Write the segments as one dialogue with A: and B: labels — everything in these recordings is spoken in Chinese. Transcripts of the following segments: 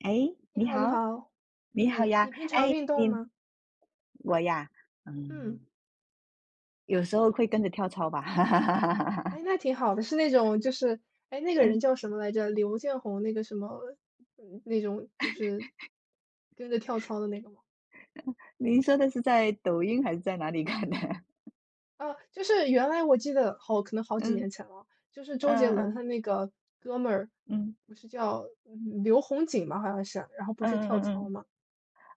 A: 哎，
B: 你
A: 你
B: 好，你
A: 好，
B: 好。
A: 你好
B: 嗯，
A: 呀！
B: 你平常
A: 哎，
B: 运动
A: 你
B: 吗？
A: 我呀，嗯，
B: 嗯，
A: 有时候会跟着跳操吧。哈哈哈哈哈
B: 哎，那挺好的，是那种就是，哎，那个人
A: 嗯，
B: 叫什么来着？刘建宏那个什么，那种就是跟着跳操的那个吗？
A: 您说的是在抖音还是在哪里看的？
B: 啊，就是原来我记得好，可能 好几
A: 嗯
B: 年前了，就是周杰
A: 嗯
B: 伦
A: 嗯
B: 他那个哥们儿，
A: 嗯
B: 不是叫刘洪锦吗？好像是，然后不
A: 嗯
B: 是跳
A: 嗯嗯
B: 操
A: 嗯。
B: 吗？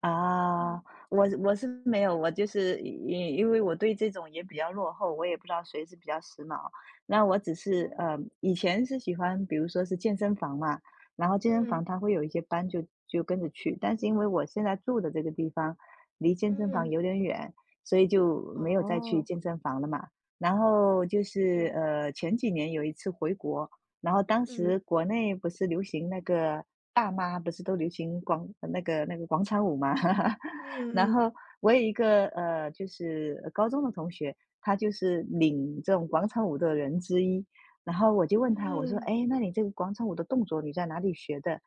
A: 啊，
B: 嗯，
A: 我是没有，我就是因为我对这种也比较落后，我也不知道谁是比较时髦。那我只是
B: 哦，
A: 以前是喜欢，比如说是健身房嘛，然后健身房
B: 嗯
A: 它会有一些班就就跟着去，但是因为我现在住的这个地方离健身房
B: 嗯，
A: 有点远，所以就没有再去
B: 哦，
A: 健身房了嘛。然后就是
B: 是，
A: 前几年有一次回国，然后当时
B: 嗯
A: 国内不是流行那个大妈，不是都流行广那个那个广场舞嘛。然
B: 嗯
A: 后我有一个就是高中的同学，他就是领这种广场舞的人之一。然后我就问
B: 嗯
A: 他，我说：
B: 嗯
A: “哎，那你这个广场舞的动作你在哪里学的？"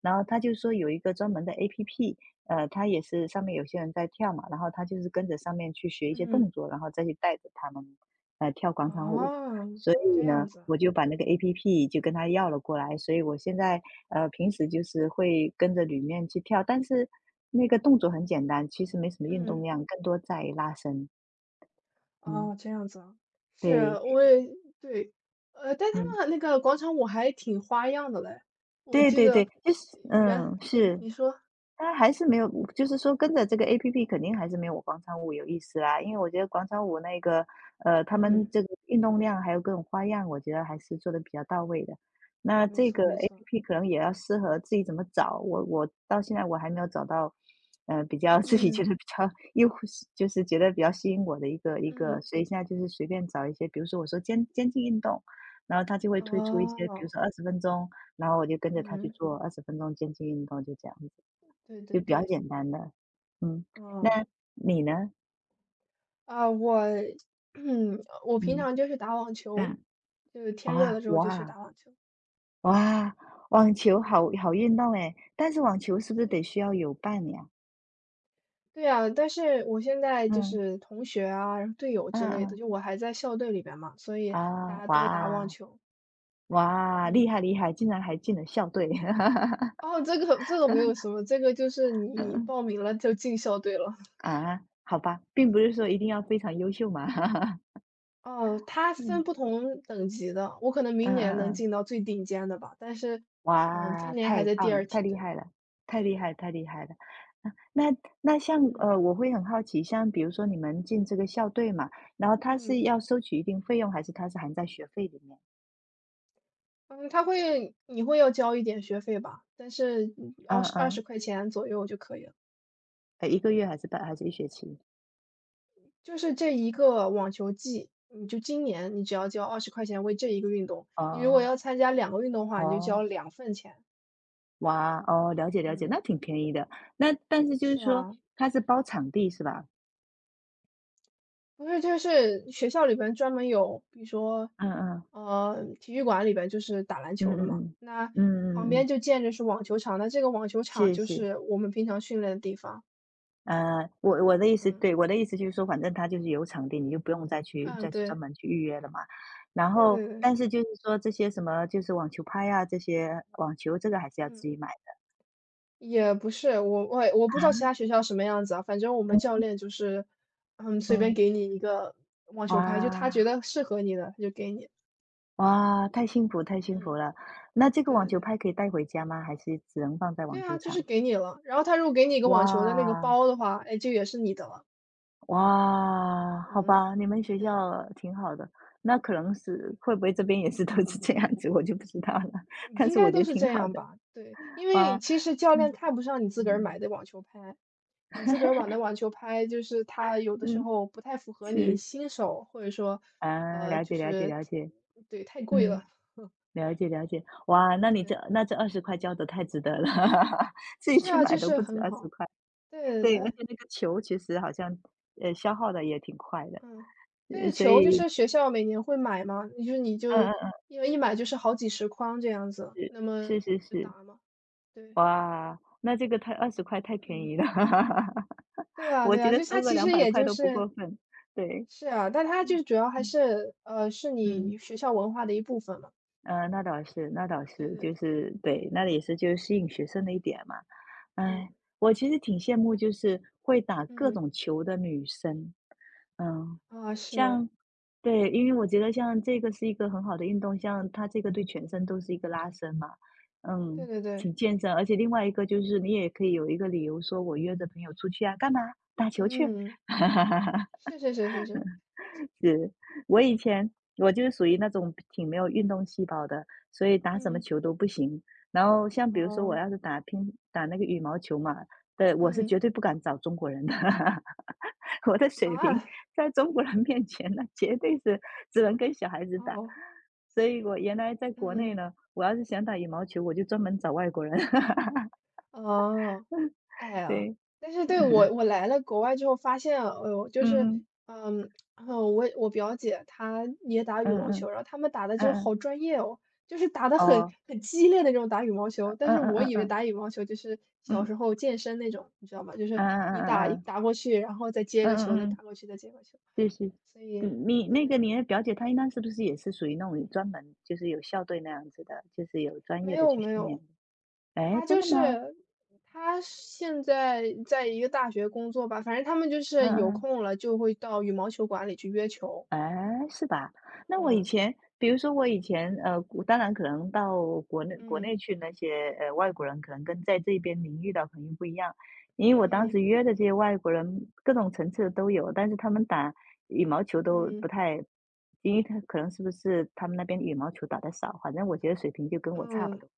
A: 然后他就说有一个专门的 APP,他也是上面有些人在跳嘛，然后他就是跟着上面去学一些动
B: 嗯。
A: 作，然后再去带着他们，跳广场舞。
B: 哦，
A: 所
B: 这
A: 以
B: 样
A: 呢，
B: 子
A: 我
B: 啊
A: 就把那个 APP 就跟他要了过来，所以我现在，平时就是会跟着里面去跳，但是那个动作很简单，其实没什么运动
B: 嗯，
A: 量，更多在于拉伸。嗯，
B: 哦，这样子啊是，
A: 对，
B: 我也对，但
A: 嗯。
B: 他们那个广场舞还挺花样的嘞，我
A: 对
B: 记
A: 对对，
B: 得
A: 就是
B: 原
A: 嗯，
B: 对
A: 是。
B: 你说，
A: 它还是没有就是说跟着这个 APP 肯定还是没有我广场舞有意思啦。因为我觉得广场舞那个，他们
B: 嗯，
A: 这个运动量还有各种花样，我觉得还是做的比较到位的。那
B: 没
A: 这个
B: 错没错，
A: APP 可能也要适合自己怎么找，我到现在我还没有找到，比较 自己觉得
B: 嗯
A: 比较又就是觉得比较吸引我的一个，
B: 嗯，
A: 所以现在就是随便找一些，比如说我说肩颈运动，然后它就会推出一些，比如
B: 哦，
A: 说二十分钟，然后我就跟着他去
B: 嗯，
A: 做二十分钟间歇运动，就这样子，
B: 对对
A: 就比较
B: 对，
A: 简单的。嗯，那
B: 哦
A: 你呢？
B: 啊，我 嗯，我平
A: 嗯，
B: 常就是打网球，
A: 嗯，
B: 就是天热
A: 哇，
B: 的时候就去
A: 哇，
B: 打网球，
A: 哇，网球
B: 嗯，
A: 好好运动诶，但是网球是不是得
B: 是。
A: 需要有伴呀？
B: 对呀，但是我现在就
A: 嗯，
B: 是同学啊，然后队友
A: 嗯
B: 之类的，
A: 嗯，
B: 就我还在校队里边嘛，所以大
A: 啊，
B: 家都打网
A: 哇，
B: 球。
A: 哇，厉
B: 嗯，
A: 害厉害，竟然还进了校队。
B: 哦，这个没有什么，这个就是你
A: 嗯，
B: 报名了就进校队了。
A: 啊，好吧，并不是
B: 嗯，
A: 说一定要非常优秀嘛。
B: 哦，它
A: 嗯，
B: 分不同等级的，我可能明
A: 嗯
B: 年能
A: 嗯嗯。
B: 进到最顶尖的吧，但是，嗯，
A: 哇，
B: 今年
A: 太
B: 还在第
A: 棒了，
B: 二
A: 太
B: 梯
A: 厉
B: 队。
A: 害了，太厉
B: 对，
A: 害，太厉害了。那那像
B: 嗯
A: 我会很好奇，像比如说你们进这个校队嘛，然后他
B: 嗯
A: 是要收取一定费用，还是他是含在学费里面？
B: 嗯，你会要交一点学费吧，但是二
A: 嗯
B: 十二
A: 嗯，
B: 十块钱左右就可以了。
A: 一个月还是半还是一学期？
B: 就是这一个网球季，你就今年你只要交二十块钱为这一个运动，你如果
A: 哦
B: 要参加两个运动的话，你就
A: 哦，
B: 交2份钱。
A: 哇哦，了解了解，那
B: 嗯，
A: 挺便宜的。那但是就是
B: 是
A: 说
B: 啊，
A: 它是包场地是吧？
B: 不是就是学校里边专门有，比如说，
A: 嗯嗯
B: 体育馆里边就是打篮
A: 嗯
B: 球
A: 嗯
B: 的嘛，
A: 嗯
B: 那
A: 嗯嗯
B: 旁
A: 嗯，嗯
B: 边就建着是网球场，那这个网球场
A: 是
B: 就
A: 是。
B: 是我们平常训练的地方。
A: 我的意思
B: 嗯，
A: 对，我的意思就是说，反正他就是有场地，你就不用再去
B: 嗯，
A: 再去专
B: 对，
A: 门去预约了嘛。然
B: 对
A: 后，
B: 对对，
A: 但是就是说这些什么，就是网球拍啊，这些网球这个还是要自
B: 嗯。
A: 己买的。
B: 也不是，我
A: 啊，
B: 不知道其他学校什么样子啊，反正我们教练就是，随便
A: 嗯，
B: 给你一个网球拍，就他觉
A: 哇
B: 得适合你的，他就给你。
A: 哇，太幸福太幸福
B: 嗯，
A: 了。那这个
B: 对
A: 网
B: 对
A: 球
B: 对，
A: 拍可以带回家吗？还是只能放在网
B: 对
A: 球
B: 啊，就是
A: 场？
B: 给你了。然后他如果给你一个网球的那个
A: 哇
B: 包的话，哎，就也是你的了。
A: 哇，好
B: 嗯，
A: 吧，你们学
B: 对，
A: 校挺好的。那可能是
B: 是
A: 会不会这边也是都是这样子，我就不知道了。但
B: 应
A: 是我
B: 该
A: 觉
B: 都
A: 得
B: 是
A: 挺
B: 这
A: 好
B: 样
A: 的。
B: 吧？对，因为
A: 啊，
B: 其实教练
A: 嗯
B: 看不上你自个儿
A: 嗯
B: 买的网球拍，你自个儿买的网球拍就是他有的时
A: 嗯，
B: 候不太符合你
A: 是
B: 新手，或者说，
A: 啊，了
B: 就
A: 解了解
B: 是
A: 了解，
B: 对，太贵
A: 嗯，
B: 了。
A: 了解了解。哇，那你这
B: 对，
A: 那这二十块交的太值得了，自己
B: 是
A: 去
B: 啊，
A: 买
B: 就
A: 都
B: 是
A: 不止
B: 很
A: 二十
B: 好。
A: 块。
B: 对对
A: 对，而
B: 对，
A: 且那个球其实好像，消耗的也挺快的，
B: 嗯，对，
A: 所
B: 球就
A: 以
B: 是学校每年会买嘛，就是你
A: 嗯
B: 就
A: 嗯嗯
B: 因为一买就是好几十筐这样子，那
A: 是
B: 么
A: 是
B: 就
A: 是，
B: 打嘛。对，
A: 哇，那这个太二十块太便
B: 嗯，
A: 宜了，
B: 对啊
A: 我
B: 对
A: 觉
B: 啊，
A: 得
B: 就是
A: 收
B: 它
A: 个
B: 其
A: 两
B: 实
A: 百
B: 也
A: 块
B: 就
A: 都不
B: 是
A: 过分，对，
B: 是啊，但它就
A: 嗯
B: 是主要还
A: 嗯
B: 是是
A: 嗯。
B: 你学校文化的一部分嘛。
A: 那倒是，那倒
B: 对
A: 是，
B: 对
A: 就
B: 对，
A: 是对，那也是就是吸引学生的一点嘛。哎，
B: 嗯
A: 我其实挺羡慕，就是会打各
B: 嗯，
A: 种球的女生。嗯，
B: 啊是，
A: 像对，因为我觉得像这个是一个很好的运动，像它这个对全身都是一个拉伸嘛。
B: 对
A: 嗯，
B: 对对，
A: 挺健身，而且另外一个就是你也可以有一个理由说，我约着朋友出去啊，干嘛？打球去。
B: 嗯，是是是是是，
A: 是，我以前我就是属于那种挺没有运动细胞的，所以打什么
B: 嗯，
A: 球都不行。然后像比如说我
B: 哦，
A: 要是打那个羽毛球嘛，对，我是绝
B: 嗯
A: 对不敢找中国人的，我的水平
B: 啊，
A: 在中国人面前那绝对是只能跟小孩子打。
B: 哦，
A: 所以我原来在国内
B: 嗯，
A: 呢，我要是想打羽毛球，我就专门找外国人。
B: 哦。哎呀，
A: 对，
B: 但是对，我来了国外之后发现，哎呦，就是，
A: 嗯嗯
B: 嗯，我表姐她也打羽
A: 嗯
B: 毛球，
A: 嗯
B: 然后他们打的
A: 嗯
B: 就
A: 嗯，
B: 好专业哦，就是打的很
A: 哦，
B: 很激烈的那种打羽毛球。但
A: 嗯
B: 是
A: 嗯
B: 我
A: 嗯
B: 以为
A: 嗯
B: 打羽毛球就是小
A: 嗯
B: 时候健身那种，你知道吗？就是
A: 嗯嗯
B: 你
A: 嗯嗯
B: 打
A: 嗯嗯
B: 打过去，然后再接
A: 嗯
B: 个球，
A: 嗯
B: 再打
A: 嗯
B: 过去，再接个球。
A: 就是，
B: 所以，
A: 嗯，你那个
B: 对。
A: 你的表姐她应该是不是也是属于那种专门就是有校队那样子的，就是有专
B: 没
A: 业的
B: 有
A: 去
B: 没
A: 训练
B: 有，
A: 的？哎，
B: 他
A: 真
B: 就
A: 的吗？
B: 是他现在在一个大学工作吧，反正他们就是有
A: 嗯嗯，
B: 空了就会到羽毛球馆里去约球。
A: 哎，是吧？那我以
B: 嗯
A: 前，比如说我以前，我当然可能到国内
B: 嗯
A: 去那些外国人，可能跟在这边您遇到肯定不一样，因为我当时
B: 嗯
A: 约的这些外国人各种层次的都有，但是他们打羽毛球都
B: 嗯
A: 不太，因为他可能是不是他们那边羽毛球打的少，反正我觉得水平就跟我差不
B: 嗯，
A: 多。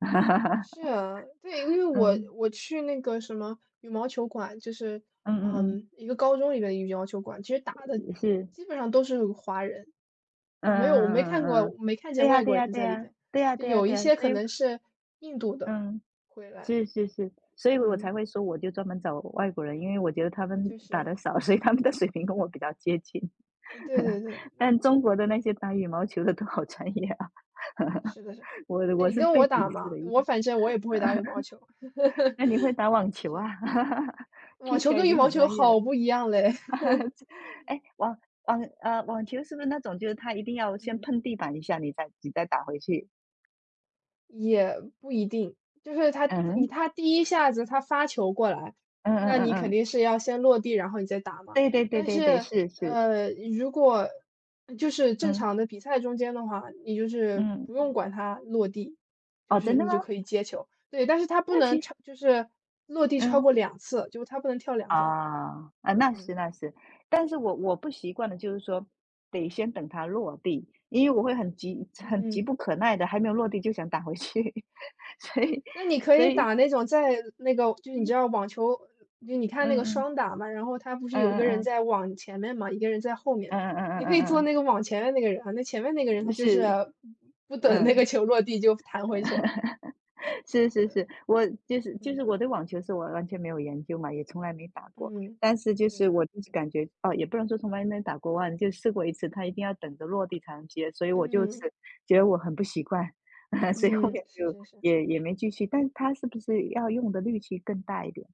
A: 哈哈哈，
B: 是啊，对，因为我
A: 嗯，
B: 我去那个什么羽毛球馆，就是
A: 嗯嗯
B: 一个高中里面的羽毛球馆，其实打的
A: 嗯，是，
B: 基本上都是华人，
A: 嗯
B: 就没有我没
A: 嗯
B: 看
A: 嗯嗯嗯，
B: 过没看
A: 对
B: 见
A: 呀
B: 外
A: 对
B: 国
A: 呀
B: 人
A: 对
B: 在里
A: 呀，
B: 边，
A: 对呀
B: 就
A: 对呀
B: 有
A: 对
B: 一
A: 呀，
B: 些
A: 所
B: 可
A: 以
B: 能是印度的
A: 嗯，
B: 回来，
A: 是是是，所以我
B: 嗯。
A: 才会说我就专门找外国人，因为我觉得他们
B: 就
A: 打
B: 是，
A: 的少，所以他们的水平跟我比较接近。
B: 嗯，对对 对，
A: 但中国的那些打羽毛球的都好专业啊，
B: 是 的是。
A: 我
B: 哎，
A: 我
B: 你
A: 是
B: 跟
A: 被
B: 我
A: 鄙
B: 打
A: 视
B: 嘛，
A: 的一
B: 我
A: 个，
B: 反正我也不会打羽 毛球，
A: 那你会打网球啊？
B: 是，网
A: 听起
B: 球
A: 来已
B: 跟羽
A: 经
B: 毛
A: 很
B: 球
A: 专业了。
B: 好不一样嘞
A: 哎，网球是不是那种就是他一定要 先
B: 嗯，
A: 碰地板一下，你再打回去？
B: 也不一定，就是他你
A: 嗯
B: 他第一下子他发球过来，
A: 嗯嗯
B: 那
A: 嗯
B: 你肯
A: 嗯，
B: 定是要先落地，然后你再打嘛。
A: 对对对
B: 但
A: 对对，
B: 是，
A: 是是，
B: 呃，如果就是正
A: 嗯
B: 常的比赛中间的话，你就是
A: 嗯，
B: 不用管他落地，就
A: 哦，
B: 是
A: 真的
B: 你
A: 吗？
B: 就可以接球。对，但是它不
A: 那其
B: 能
A: 实，
B: 超就是落地超
A: 嗯，
B: 过两次，就它不能跳两下。
A: 啊啊，那是
B: 嗯
A: 那是，但是我不习惯的就是说，得先等它落地，因为我会很急很急
B: 嗯，
A: 不可耐的，还没有落地就想打回去，所以
B: 那你可
A: 所
B: 以
A: 以，
B: 打那种在那个，就你知道网球，就你看那
A: 嗯
B: 个双
A: 嗯
B: 打嘛，然后他不是有一
A: 嗯
B: 个人
A: 嗯
B: 在网前面嘛，一个人在后面，
A: 嗯嗯嗯嗯
B: 你
A: 嗯
B: 可
A: 嗯，
B: 以
A: 嗯嗯
B: 做
A: 嗯
B: 那个网前面那个人啊，那前面那个人
A: 嗯
B: 他就是
A: 是，
B: 不等那
A: 嗯。
B: 个球落地就弹回去了。
A: 是是
B: 对，
A: 是，我
B: 嗯
A: 我对网球是我完全没有研究嘛，也从来没打过。
B: 嗯，
A: 但是就是
B: 是，
A: 我就是感觉哦，也不能说从来没打过网，就试过一次，他一定要等着落地才能接，所以我就
B: 嗯
A: 是觉得我很不习惯，所以后
B: 嗯，
A: 面
B: 是
A: 就
B: 是是。
A: 也也没继续。但他是不是要用的力气更大一点？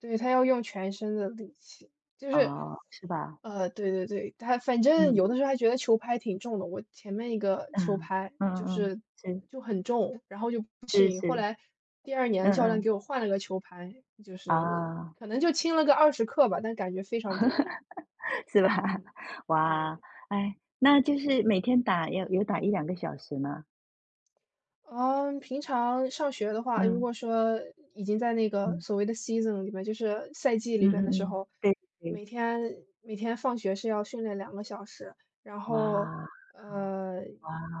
B: 对，他要用全身的力气，就是，
A: 哦，是吧？
B: 对对对，他反正有的
A: 嗯
B: 时候还觉得球拍挺重的，我前面一个球
A: 嗯
B: 拍
A: 嗯
B: 就
A: 嗯嗯，
B: 是
A: 是
B: 就很重，然后就不适
A: 是
B: 应。后
A: 是，
B: 来第二年
A: 嗯
B: 教练
A: 嗯
B: 给我换了个球拍，就是
A: 啊，
B: 可能就轻了个20克吧，但感觉非常不一样。
A: 是吧？
B: 嗯，
A: 哇，
B: 对，
A: 哎，那就
B: 是
A: 是
B: 的。
A: 每天打要有打一两个小时吗？
B: 嗯，平常上学的话，如
A: 嗯，
B: 果说已经在那个
A: 嗯，
B: 所谓的 season 里面，就是赛季
A: 嗯
B: 里边的时
A: 嗯嗯，
B: 候，
A: 对对。
B: 每天每天放学是要训练2个小时，然后
A: 哇，
B: 呃，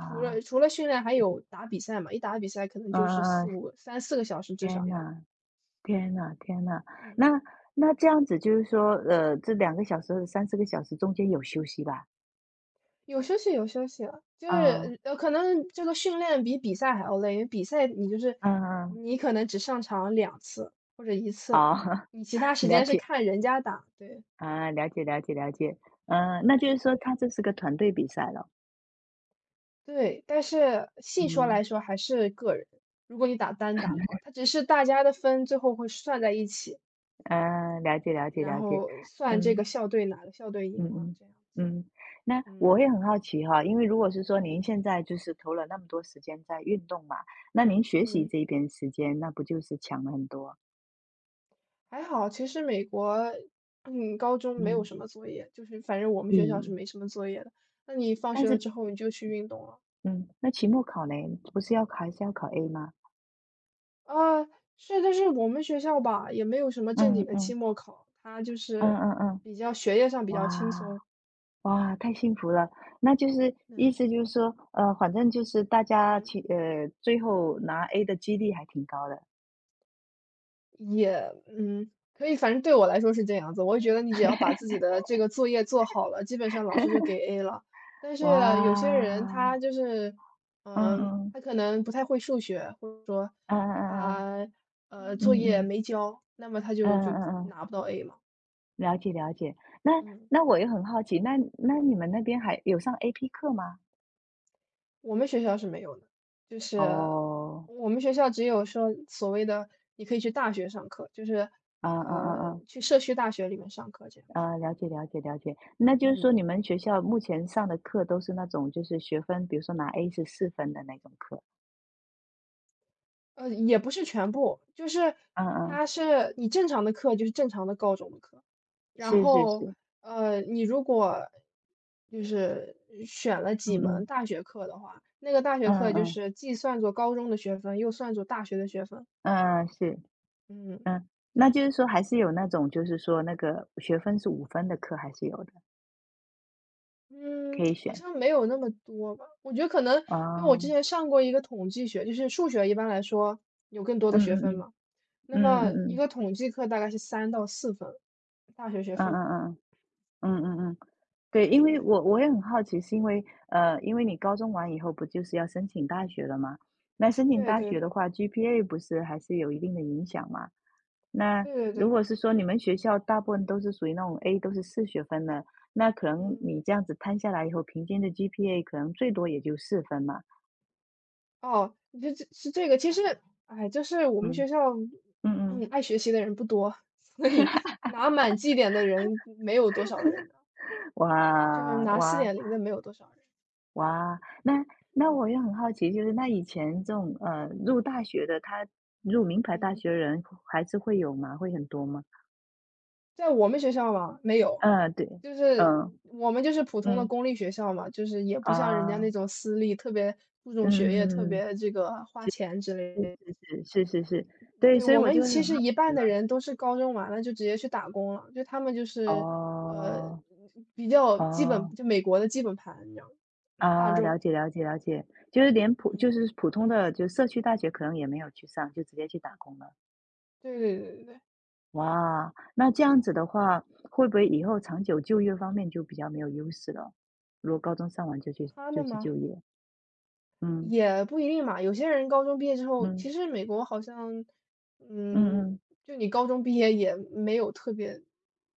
B: 除了训练，还有打比赛嘛，一打比赛可能
A: 嗯
B: 就是
A: 嗯
B: 四
A: 嗯，
B: 五三四个小时至少
A: 天
B: 要的，
A: 呐，天呐，天呐。
B: 嗯。
A: 那那这样子就是说，这两个小时、三四个小时中间有休息吧？
B: 有休息有休息了，就
A: 嗯，
B: 是可能这个训练比比赛还要累，因为比赛你就是
A: 嗯嗯，
B: 你可能只上场两次或者一次，
A: 好，
B: 你其他时
A: 了
B: 间是
A: 解，
B: 看人家打，对，
A: 啊，了解了解了解。嗯，那
B: 对
A: 就是
B: 对
A: 说
B: 对，
A: 他这是个团队比赛了。
B: 对，但是细说
A: 嗯，
B: 来说还是个人，如果你打单打的话，它只是大家的分最后会算在一起，
A: 嗯，了解了解
B: 然
A: 了解，
B: 后算这个
A: 嗯。
B: 校队哪个校队
A: 嗯
B: 赢了
A: 嗯
B: 这样子，
A: 嗯，那
B: 嗯，
A: 我也很好奇哈，因为如果是说您
B: 嗯，
A: 现在就是投了那么多时间在运动嘛，那您学习
B: 嗯。
A: 这边时间那不就是强了很多？
B: 还好，其实美国，高中没有
A: 嗯，
B: 什么作业，就是反正我们学校是
A: 嗯，
B: 没什么作业的。那你放
A: 但
B: 学了
A: 是
B: 之后你就去运动了
A: 嗯，那期末考呢，不是要考还是要考 A 吗？
B: 啊？是，但是我们学校吧，也没有什么正经
A: 嗯
B: 的
A: 嗯
B: 期末考，它就
A: 嗯
B: 是
A: 嗯嗯，
B: 比较学业上比较轻
A: 哇
B: 松。
A: 哇，太幸福了！那就是意
B: 嗯
A: 思就是说，反正就是大家
B: 嗯。
A: 最后拿 A 的几率还挺高的，
B: 可以，反正对我来说是这样子，我觉得你只要把自己的这个作业做好了，基本上老师就给 A 了。但
A: 哇，
B: 是有些人他就是，
A: 嗯
B: 嗯，
A: 嗯
B: 他可能不太会数学，或者说
A: 嗯嗯嗯
B: 他
A: 嗯
B: 作
A: 嗯嗯
B: 业
A: 嗯。
B: 没交，那么他
A: 嗯
B: 就就
A: 嗯嗯，
B: 拿不到 A 嘛。
A: 了解了解。那
B: 嗯，
A: 那我也很好奇，那你们那边还有上 AP 课吗？
B: 我们学校是没有的，就是
A: 哦，
B: 我们学校只有说所谓的你可以去大学上课，就是
A: 嗯嗯嗯嗯，
B: 去社区大学里面上课这样子。
A: 啊，了解了解了解。那就是说
B: 嗯。
A: 你们学校目前上的课都是那种就是学分，比如说拿 A 是四分的那种课。
B: 也不是全部，就是
A: 嗯嗯，
B: 它是你正常的课就是正常的高中的课，然
A: 是是
B: 后
A: 是，
B: 你如果就是选了
A: 嗯
B: 几门
A: 嗯
B: 大学课的话，那个大学
A: 嗯
B: 课就
A: 嗯
B: 是既算作高中的学分，又算作大学的学分。
A: 嗯，是，
B: 嗯，
A: 嗯，那
B: 对，
A: 就是说还是有那种就是说那个学分是五分的课还是有的，
B: 嗯，
A: 可以
B: 好
A: 选。
B: 像没有那么多吧。我觉得可能因为我之
A: 哦，
B: 前上过一个统计学，就是数学一般来说有更多
A: 嗯
B: 的学
A: 嗯
B: 分
A: 嗯
B: 嘛，
A: 嗯
B: 那
A: 嗯
B: 么
A: 嗯
B: 一
A: 嗯
B: 个统计课大概是3到4分大学学
A: 嗯
B: 分，
A: 嗯嗯嗯嗯嗯。对，因为
B: 对。
A: 我也很好奇，是因为因为你高中完以后不就是要申请大学了吗？那申请
B: 对
A: 大
B: 对
A: 学的
B: 对，
A: 话，GPA 不是还是有一定的影响吗？那
B: 对对
A: 如
B: 对，
A: 果是说你们学校大部分都是属于那种 A 都是四学分的，那可能
B: 嗯，
A: 你这样子摊下来以后，平均的 GPA 可能最多也就四分嘛。
B: 哦，这是这个，其实，哎，就是我们
A: 嗯
B: 学校，
A: 嗯嗯，
B: 爱学习的人不多，所以拿满绩点的人没有多少人的就是
A: 哇
B: 拿四
A: 哇，
B: 点零的没有多少人，
A: 哇，那
B: 嗯
A: 我也很好奇，就是那以前这种入大学的，他入名牌大
B: 嗯，
A: 学的人还是会有吗？会很多吗？
B: 在我们学校嘛，没有，
A: 嗯，对，
B: 就
A: 嗯
B: 是我们就是普通的
A: 嗯
B: 公立学校嘛，就是也不像人家那
A: 啊，
B: 种私立特别注重学业、特
A: 嗯嗯
B: 别这个花钱之类
A: 嗯，
B: 的。
A: 是是是是是是是，对，
B: 对，
A: 所以
B: 我
A: 我
B: 们
A: 就会很
B: 其
A: 好
B: 实一
A: 奇
B: 半
A: 嘛。
B: 的人都是高中完了就直接去打工了，就他们就是，呃，
A: 哦
B: 比较基本
A: 哦
B: 就美国的基本盘，你知道吗大
A: 啊，了
B: 众。
A: 解了解了解，就是就
B: 嗯。
A: 是普通的就社区大学可能也没有去上，就直接去打工了。
B: 对对对对对，
A: 哇，那这样子的话，会不会以后长久就业方面就比较没有优势了？如果高中上完就去
B: 他们嘛，
A: 就业，嗯
B: 也不一定嘛。有些人高中毕业之后，
A: 嗯
B: 其实美国好像，
A: 嗯
B: 嗯，
A: 嗯
B: 就你高中毕业也没有特别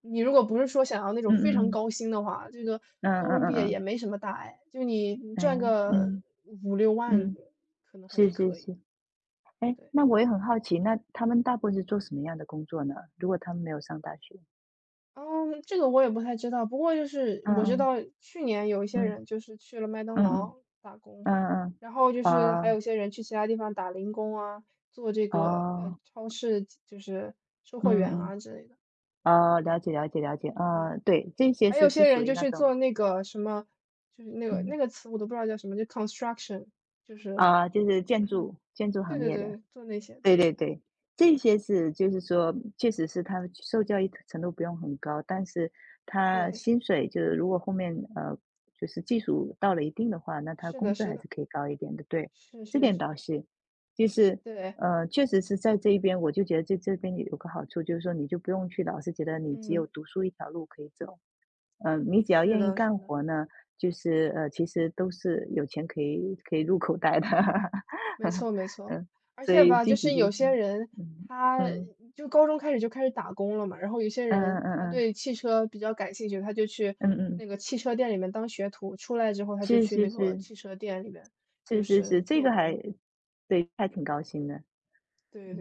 B: 你如果不是说想要那种
A: 嗯
B: 非常
A: 嗯
B: 高薪的话，这个
A: 嗯嗯
B: 高
A: 嗯
B: 中
A: 嗯
B: 毕业
A: 嗯，
B: 也没什么大碍，就你
A: 哎，
B: 赚个
A: 嗯
B: 5、6万
A: 嗯，
B: 可能还是
A: 是是
B: 可以的，
A: 是，哎，
B: 对。
A: 那我也很好奇，那他们大部分是做什么样的工作呢？如果他们没有上大学，
B: 嗯，这个我也不太知道，不过就是
A: 嗯
B: 我知
A: 嗯
B: 道去年有一些
A: 嗯
B: 人就是去了麦当
A: 嗯嗯
B: 劳打工，
A: 嗯嗯，
B: 然后就是还有
A: 哦
B: 一些人去其他地方打零工啊，做这个
A: 哦，
B: 超市就是售货
A: 嗯
B: 员
A: 嗯
B: 啊之类的。
A: 哦，了
B: 对，
A: 解了解了解，啊，
B: 嗯，
A: 对，这些
B: 还
A: 是
B: 有
A: 是
B: 些
A: 属
B: 人
A: 于
B: 就
A: 那
B: 去
A: 种，
B: 做那个什么，就是
A: 嗯。
B: 那个词我都不知道叫什么，就 construction，就是
A: 啊，就是 建筑
B: 对
A: 行
B: 对
A: 业的，
B: 对，做那些的。
A: 对对对，这些是就是说，确实是他受教育程度不用很高，但是他
B: 对，
A: 薪水就是如果后面就是技术到了一定的话，那他
B: 是
A: 工
B: 的，
A: 资
B: 是
A: 还是
B: 的，
A: 可以高一点的，对，
B: 是
A: 这
B: 是
A: 点
B: 是，
A: 倒是，就是
B: 对，
A: 确实是在这一边，我就觉得在这边有个好处，就是说你就不用去老是觉得你只有
B: 嗯，
A: 读书一条路可以走，嗯，你只要
B: 是
A: 愿意
B: 的，
A: 干
B: 是的。
A: 活呢，就是其实都是有钱可以入口袋的，
B: 没错 没错，
A: 嗯，
B: 而
A: 所
B: 且
A: 以
B: 吧，
A: 积
B: 就
A: 极
B: 是
A: 就
B: 有些
A: 行，
B: 人
A: 嗯
B: 他
A: 嗯
B: 就高中开始就开始打工了嘛，然后有些
A: 嗯
B: 人
A: 嗯
B: 他对
A: 嗯
B: 汽车比较感兴趣，他就去
A: 嗯嗯嗯，
B: 那个汽车店里面当学徒，出来之后他就
A: 是
B: 去
A: 是
B: 那个
A: 是
B: 汽车店里面
A: 是
B: 就
A: 是是，
B: 是
A: 这
B: 做
A: 个还
B: 工，
A: 对，还挺高兴的，嗯。
B: 对对。